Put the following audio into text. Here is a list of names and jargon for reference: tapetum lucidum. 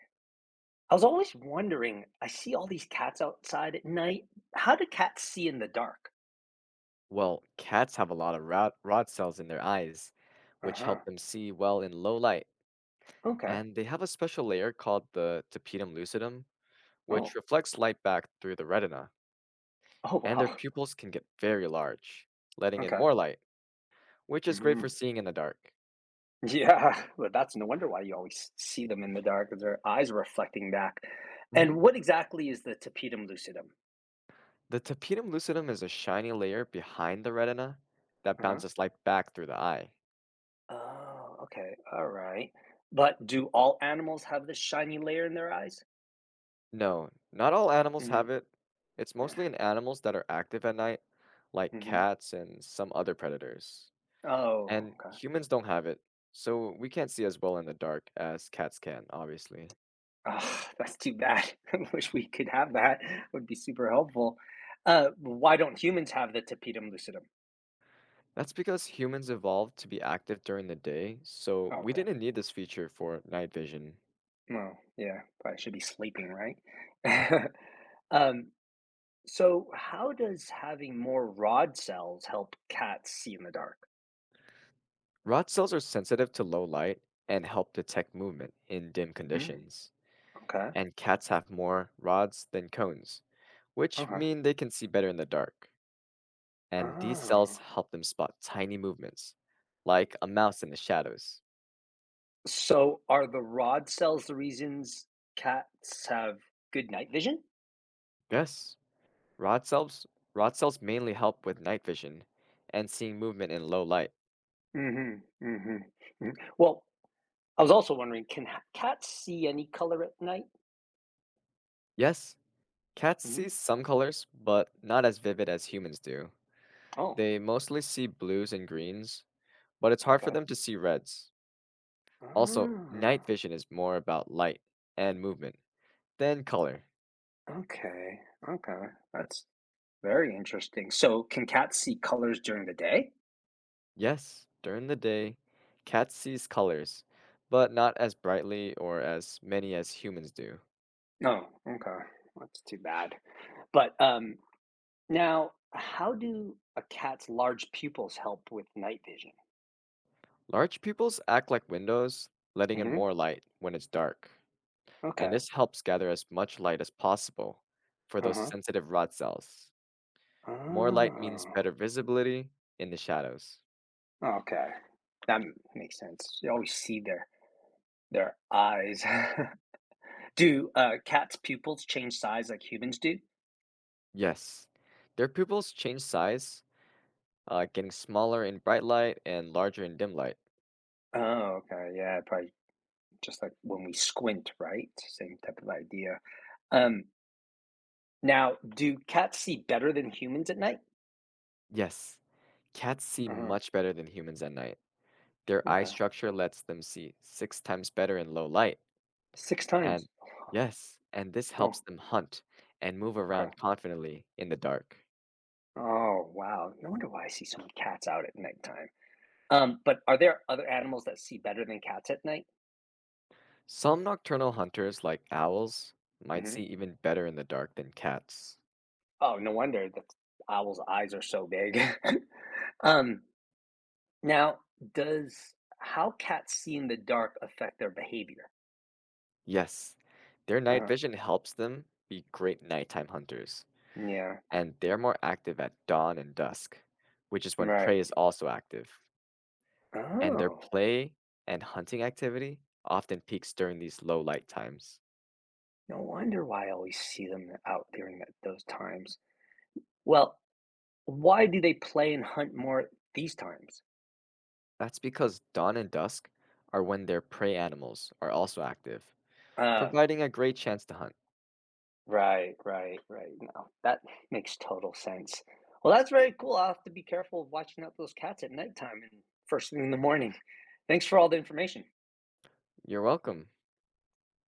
I was always wondering, I see all these cats outside at night. How do cats see in the dark? Well, cats have a lot of rod cells in their eyes, which help Uh-huh. them see well in low light. Okay. And they have a special layer called the tapetum lucidum, which Oh. reflects light back through the retina. Oh, And their wow. pupils can get very large, letting in Okay. more light, which is great for Hmm. seeing in the dark. Yeah, well, that's no wonder why you always see them in the dark, 'cause their eyes are reflecting back. Hmm. And what exactly is the tapetum lucidum? The tapetum lucidum is a shiny layer behind the retina that Uh-huh. bounces light back through the eye. Oh, okay. All right. But do all animals have this shiny layer in their eyes? No, not all animals Mm-hmm. have it. It's mostly in animals that are active at night, like Mm-hmm. cats and some other predators. Oh, And okay. humans don't have it, so we can't see as well in the dark as cats can, obviously. Ah, that's too bad. I wish we could have that. Would be super helpful. Why don't humans have the tapetum lucidum? That's because humans evolved to be active during the day, so Oh, we okay. didn't need this feature for night vision. Well, yeah, I should be sleeping, right? um, so how does having more rod cells help cats see in the dark? Rod cells are sensitive to low light and help detect movement in dim Mm, conditions. okay. And cats have more rods than cones, which Okay. mean they can see better in the dark. And these cells Oh. help them spot tiny movements, like a mouse in the shadows. So are the rod cells the reasons cats have good night vision? Yes, Rod cells, rod cells mainly help with night vision and seeing movement in low light. Mm-hmm. Mm-hmm. Well, I was also wondering, can cats see any color at night? Yes, cats Hmm. see some colors, but not as vivid as humans do. Oh, They mostly see blues and greens, but it's hard for okay. them to see reds. Also, Ah, night vision is more about light and movement than color. okay. Okay. That's very interesting. So, can cats see colors during the day? Yes, during the day, cats sees colors, but not as brightly or as many as humans do. No. Okay. That's too bad. But now, how do a cat's large pupils help with night vision? Large pupils act like windows, letting in more Hmm. light when it's dark. And Okay. this helps gather as much light as possible for Uh those huh. sensitive rod cells. More light means Oh. better visibility in the shadows. Okay. That makes sense. You always see their eyes. Do, cats' pupils change size like humans do? Yes, their pupils change size, getting smaller in bright light and larger in dim light. Oh, okay. Yeah, probably just like when we squint, right? Same type of idea. Um, now, do cats see better than humans at night? Yes, cats see Uh-huh. much better than humans at night. Their eye Okay. structure lets them see six times better in low light. Six And times. yes, and this helps Oh, them hunt and move okay. around confidently in the dark. Oh, wow. No wonder why I see so many cats out at nighttime. But are there other animals that see better than cats at night? Some nocturnal hunters, like owls, might see Hmm. even better in the dark than cats. Oh, no wonder the owl's eyes are so big. um, Now, does how cats see in the dark affect their behavior? Yes, their night uh vision helps them be great nighttime hunters, Yeah, and they're more active at dawn and dusk, which is when prey right. is also active. And their Oh, play and hunting activity often peaks during these low light times. no wonder why I always see them out during those times. Well, why do they play and hunt more these times? That's because dawn and dusk are when their prey animals are also active, Oh, providing a great chance to hunt. right, right, right. No, that makes total sense. Well, that's very cool. I'll have to be careful of watching out those cats at nighttime and first thing in the morning. Thanks for all the information. You're welcome.